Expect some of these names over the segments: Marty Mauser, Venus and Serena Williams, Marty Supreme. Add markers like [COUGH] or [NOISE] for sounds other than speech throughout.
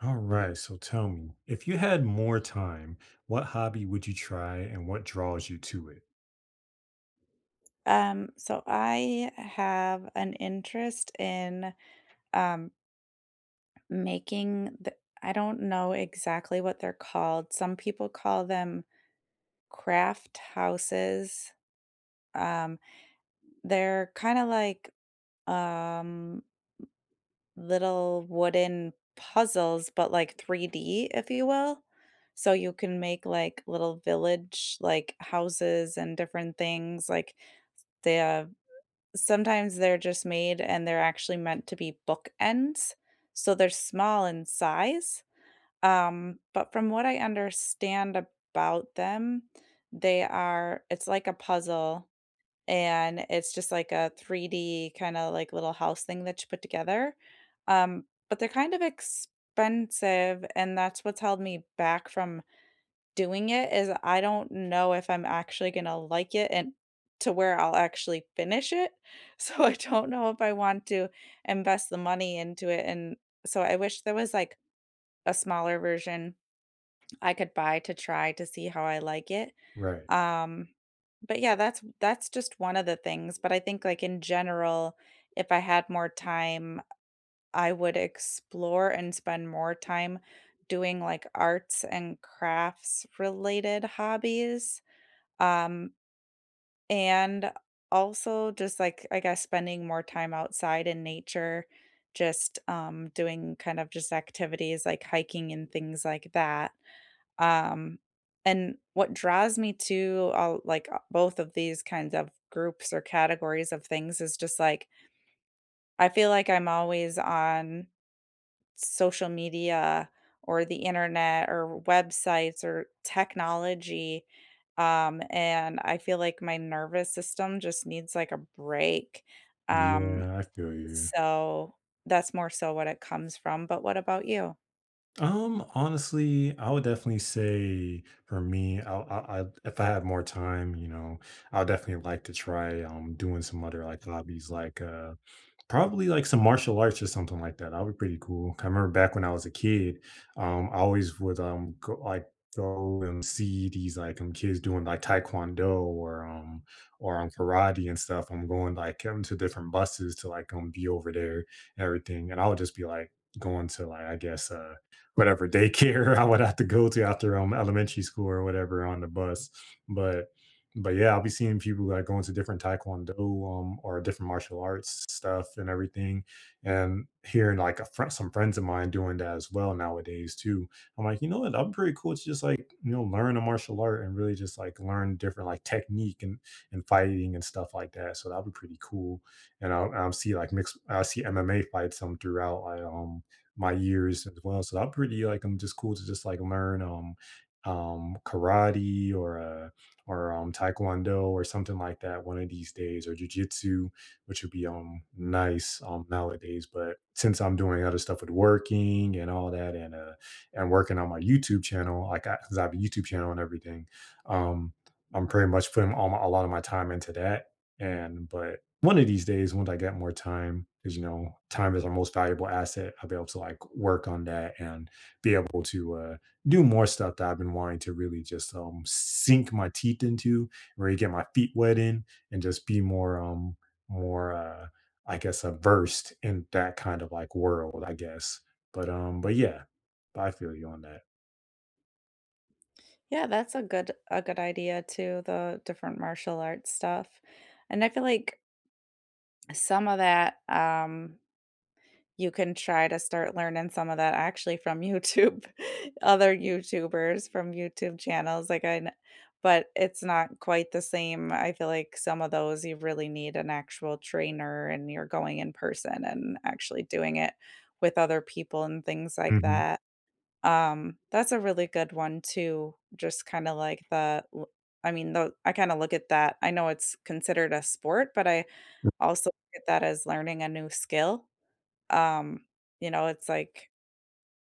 All right, so tell me, if you had more time, what hobby would you try and what draws you to it? So I have an interest in um, making the, I don't know exactly what they're called. Some people call them craft houses. Um, they're kind of like um, little wooden puzzles, but like 3D, if you will. So you can make like little village like houses and different things. Like they Sometimes they're just made and they're actually meant to be bookends, so they're small in size, but from what I understand about them, they are it's like a puzzle, and it's just like a 3D kinda, like, little house thing that you put together, but they're kind of expensive, and that's what's held me back from doing it is I don't know if I'm actually gonna like it and to where I'll actually finish it. [LAUGHS] So I don't know if I want to invest the money into it. And so I wish there was like a smaller version I could buy to try to see how I like it. Right. Um, but yeah, that's just one of the things. But I think like in general, if I had more time, I would explore and spend more time doing like arts and crafts related hobbies. Um, and also just like, I guess, spending more time outside in nature, just doing kind of just activities like hiking and things like that. Um, and what draws me to all, like both of these kinds of groups or categories of things is just like, I feel like I'm always on social media or the internet or websites or technology. And I feel like my nervous system just needs like a break. Um, Yeah, I feel you. so that's more so what it comes from. But what about you? Honestly, I would definitely say for me, I if I had more time, you know, I would definitely like to try doing some other like hobbies like probably like some martial arts or something like that. That'd be pretty cool. I remember back when I was a kid, I always would go like go and see these like kids doing like taekwondo or karate and stuff. I'm going like to different buses to like be over there and everything, and I would just be like going to like I guess whatever daycare [LAUGHS] I would have to go to after elementary school or whatever on the bus, but but yeah, I'll be seeing people like going to different taekwondo or different martial arts stuff and everything, and hearing like a friend, some friends of mine doing that as well nowadays too. I'm like, you know what? I'm pretty cool to just like you know learn a martial art and really just like learn different like technique and fighting and stuff like that. So that'd be pretty cool. And I'll see like mixed. I see MMA fights some throughout like my years as well. So I'm pretty like I'm just cool to just like learn karate or taekwondo or something like that one of these days or jujitsu, which would be nice nowadays. But since I'm doing other stuff with working and all that and working on my YouTube channel, like I, 'cause I have a YouTube channel and everything, um I'm pretty much putting all my, a lot of my time into that. And but one of these days, once I get more time, because you know, time is our most valuable asset, I'll be able to like work on that and be able to do more stuff that I've been wanting to really just sink my teeth into, really get my feet wet in, and just be more more uh I guess versed in that kind of like world, I guess. But yeah, I feel you on that. Yeah, that's a good idea too, the different martial arts stuff. And I feel like some of that you can try to start learning some of that actually from YouTube, [LAUGHS] other YouTubers, from YouTube channels, like, I kn but it's not quite the same. I feel like some of those, you really need an actual trainer, and you're going in person and actually doing it with other people and things like Hmm. that. That's a really good one too, just kinda like the l I mean, though I kinda look at that I know it's considered a sport, but I also look at that as learning a new skill. Um, you know, it's like,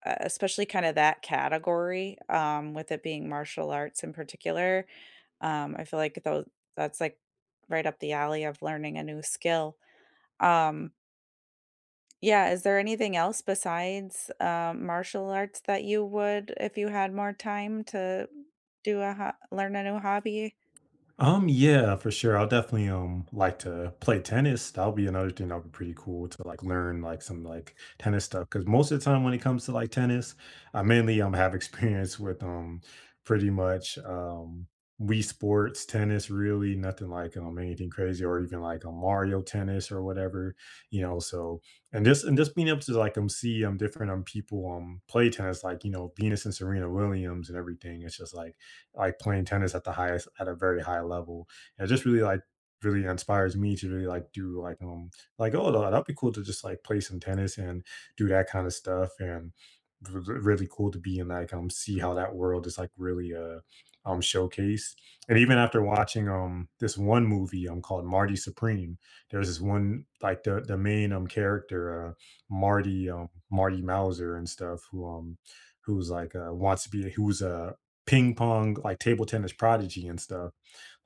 especially kind of that category, with it being martial arts in particular. I feel like though that's like right up the alley of learning a new skill. Um, yeah, is there anything else besides martial arts that you would, if you had more time to learn a new hobby? Yeah, for sure. I'll definitely like to play tennis. That'll be another thing that'll be pretty cool to like learn like some like tennis stuff. Cause most of the time when it comes to like tennis, I mainly have [LAUGHS] experience with pretty much Wii Sports tennis, really nothing like anything crazy or even like a Mario tennis or whatever, you know. So and just being able to like see different people play tennis, like you know, Venus and Serena Williams and everything. It's just like playing tennis at the highest at a very high level. And it just really like really inspires me to really like do like oh that'd be cool to just like play some tennis and do that kind of stuff and really cool to be in like see how that world is like really showcased and even after watching this one movie called Marty Supreme, there's this one like the main character Marty Marty Mauser and stuff who who's like wants to be who's a ping pong, like table tennis prodigy and stuff.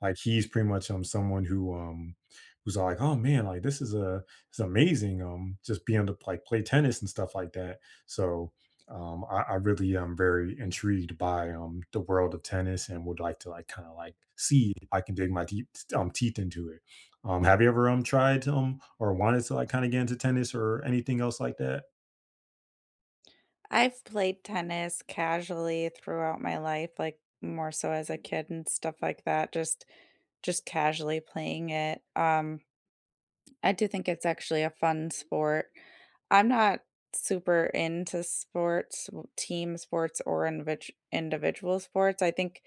Like he's pretty much someone who who's like, oh man, like this is a it's amazing just being able to like play tennis and stuff like that. So I really am very intrigued by the world of tennis and would like to like kind of like see if I can dig my deep teeth into it. Have you ever tried or wanted to like kind of get into tennis or anything else like that? I've played tennis casually throughout my life, like more so as a kid and stuff like that, just casually playing it. I do think it's actually a fun sport. I'm not super into sports, team sports or individual sports. I think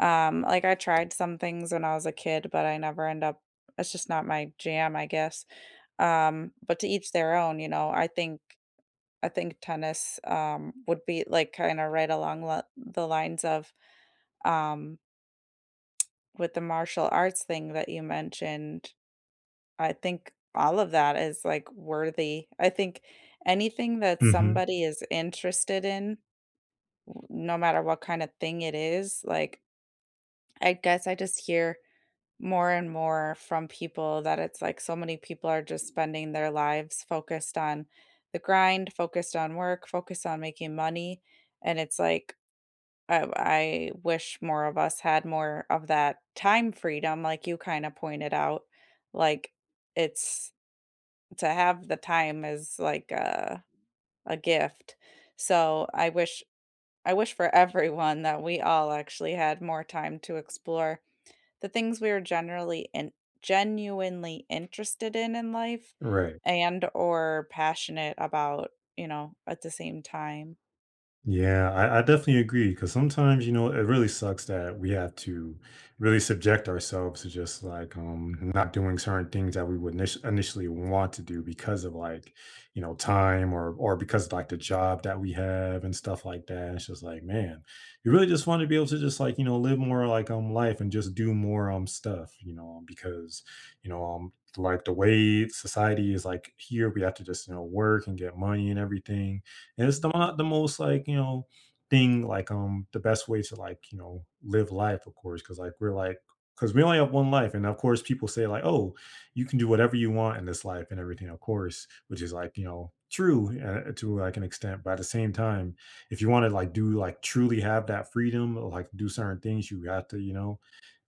like I tried some things when I was a kid, but I never end up it's just not my jam, I guess. But to each their own, you know. I think tennis, would be like kind of right along the lines of um, with the martial arts thing that you mentioned. I think all of that is like worthy. I think anything that Hmm. somebody is interested in, no matter what kind of thing it is, like I guess I just hear more and more from people that it's like so many people are just spending their lives focused on the grind, focused on work, focused on making money. And it's like, I wish more of us had more of that time freedom, like you kinda pointed out. Like, it's to have the time is like a gift. So, I wish for everyone that we all actually had more time to explore the things we are generally and genuinely interested in life Right. and or passionate about, you know, at the same time. Yeah, I definitely agree because sometimes, you know, it really sucks that we have to really subject ourselves to just like not doing certain things that we would initially want to do because of like, you know, time or because of like the job that we have and stuff like that. It's just like, man, you really just want to be able to just like, you know, live more like life and just do more stuff, you know, because, you know, like the way society is like here, we have to just, you know, work and get money and everything and it's the, not the most like, you know, thing like the best way to like, you know, live life, of course, because like we're like because we only have one life. And of course people say like, oh, you can do whatever you want in this life and everything, of course, which is like, you know, true to like an extent. But at the same time, if you want to like do like truly have that freedom, like do certain things, you have to, you know,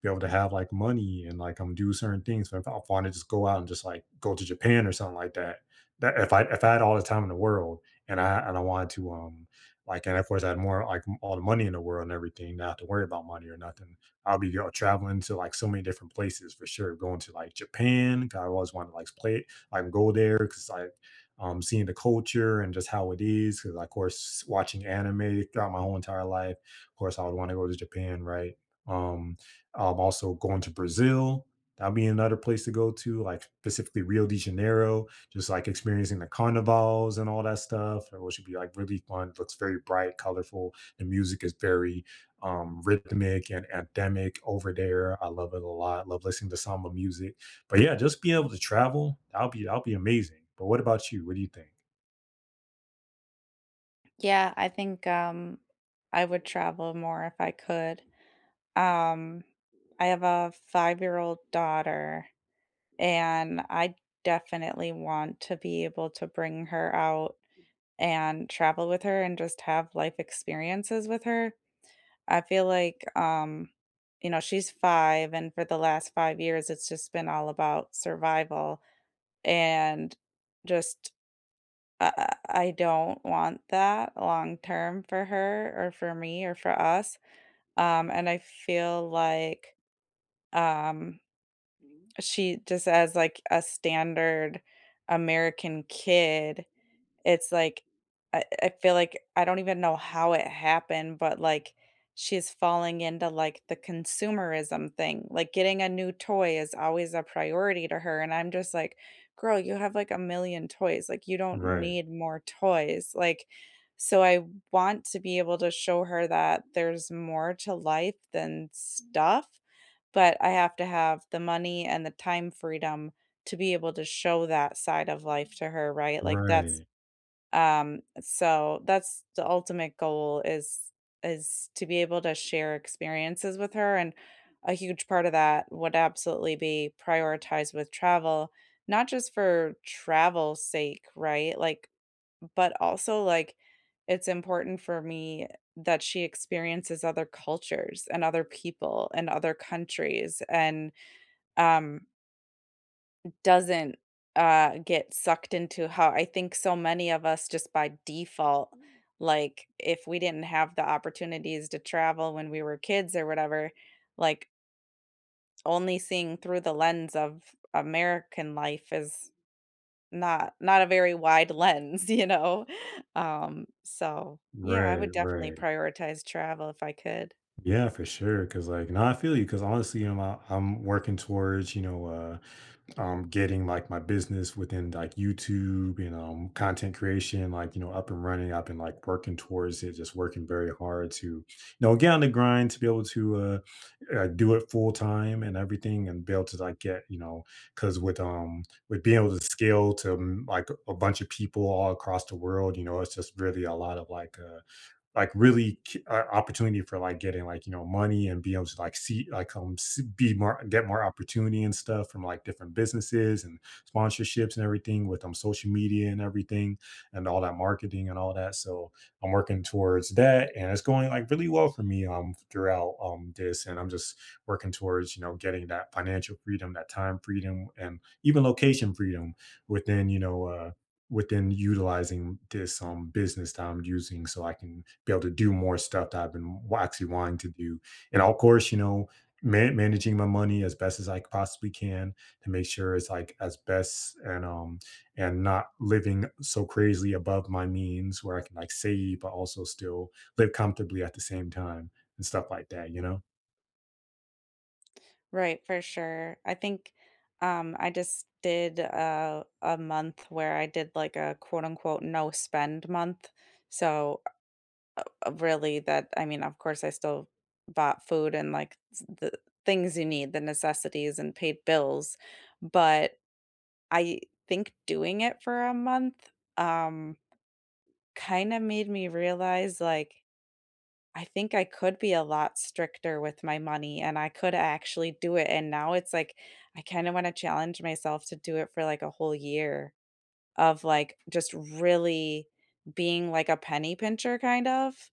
be able to have like money and like do certain things. But if I want to just go out and just like go to Japan or something like that, that if I had all the time in the world, and I wanted to like and of course I had more like all the money in the world and everything, not have to worry about money or nothing. I'll be go, traveling to like so many different places for sure. Going to like Japan, 'cause I always wanted to like play like go there because like seeing the culture and just how it is. Because of course watching anime throughout my whole entire life, of course I would want to go to Japan, right? Um, I'm also going to Brazil. That will be another place to go to, like specifically Rio de Janeiro, just like experiencing the carnivals and all that stuff, which should be like really fun. It looks very bright, colorful. The music is very rhythmic and anthemic over there. I love it a lot. Love listening to samba music. But yeah, just being able to travel, that'll be amazing. But what about you? What do you think? Yeah, I think, I would travel more if I could. Um, I have a five-year-old daughter, and I definitely want to be able to bring her out and travel with her and just have life experiences with her. I feel like, you know, she's 5, and for the last 5 years, it's just been all about survival and just I don't want that long term for her or for me or for us. And I feel like um, she just as like a standard American kid it's like I feel like I don't even know how it happened, but, like, she's falling into, like, the consumerism thing, like, getting a new toy is always a priority to her, and I'm just like, "Girl, you have, like, a million toys, like, you don't Right, need more toys," like, so I want to be able to show her that there's more to life than stuff, but I have to have the money and the time freedom to be able to show that side of life to her, right? Like, that's right, so that's the ultimate goal is to be able to share experiences with her, and a huge part of that would absolutely be prioritized with travel, not just for travel's sake, right? Like, but also like it's important for me that she experiences other cultures and other people and other countries and um doesn't, get sucked into how I think so many of us just by default, like, if we didn't have the opportunities to travel when we were kids or whatever, like, only seeing through the lens of American life is not not a very wide lens, [LAUGHS] you know? Yeah, I right, would definitely right. prioritize travel if I could. Yeah, for sure. Cause like, no, I feel you. Cause honestly, you know, I'm working towards, you know, getting like my business within like YouTube and content creation, like, you know, up and running. I've been like working towards it, just working very hard to, you know, get on the grind to be able to do it full time and everything and be able to like get, you know, cause with being able to scale to like a bunch of people all across the world, you know, it's just really a lot of like really opportunity for like getting like you know money and be able to like see, be more get more opportunity and stuff from like different businesses and sponsorships and everything with social media and everything and all that marketing and all that, so I'm working towards that and it's going like really well for me throughout this, and I'm just working towards you know getting that financial freedom, that time freedom, and even location freedom within you know within utilizing this business that I'm using so I can be able to do more stuff that I've been actually wanting to do. And of course, you know, managing my money as best as I possibly can to make sure it's like as best and not living so crazily above my means where I can like save but also still live comfortably at the same time and stuff like that, you know? Right, for sure. I think I just did a month where I did like a quote unquote no spend month. So really that I mean of course I still bought food and like the things you need, the necessities and paid bills, but I think doing it for a month um kind of made me realize like I think I could be a lot stricter with my money and I could actually do it. And now it's like, I kind of want to challenge myself to do it for like a whole year of like just really being like a penny pincher kind of.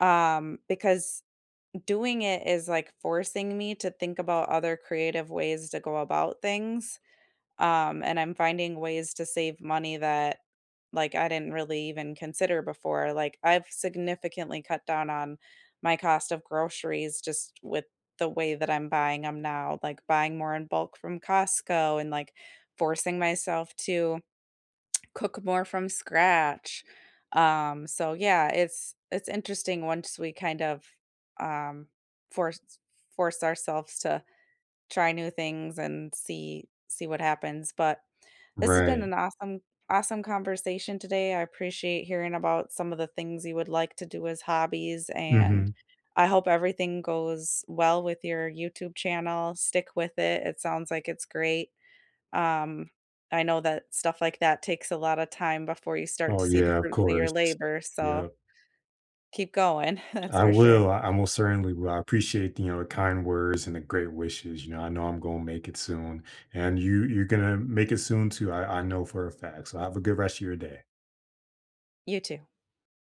Because doing it is like forcing me to think about other creative ways to go about things. And I'm finding ways to save money that, like, I didn't really even consider before. Like, I've significantly cut down on my cost of groceries just with the way that I'm buying them now, like buying more in bulk from Costco and like forcing myself to cook more from scratch. So yeah, it's interesting once we kind of um force force ourselves to try new things and see what happens. But this has been Right. an awesome conversation today. I appreciate hearing about some of the things you would like to do as hobbies, and Hmm. I hope everything goes well with your YouTube channel. Stick with it. It sounds like it's great. Um, I know that stuff like that takes a lot of time before you start Oh to see the yeah, of fruits of your course. labor, so Yeah. keep going. [LAUGHS] That's I for sure. will. I most certainly will. I appreciate you know, the kind words and the great wishes. You know, I know I'm gonna make it soon, and you you're gonna make it soon too. I know for a fact. So have a good rest of your day. You too.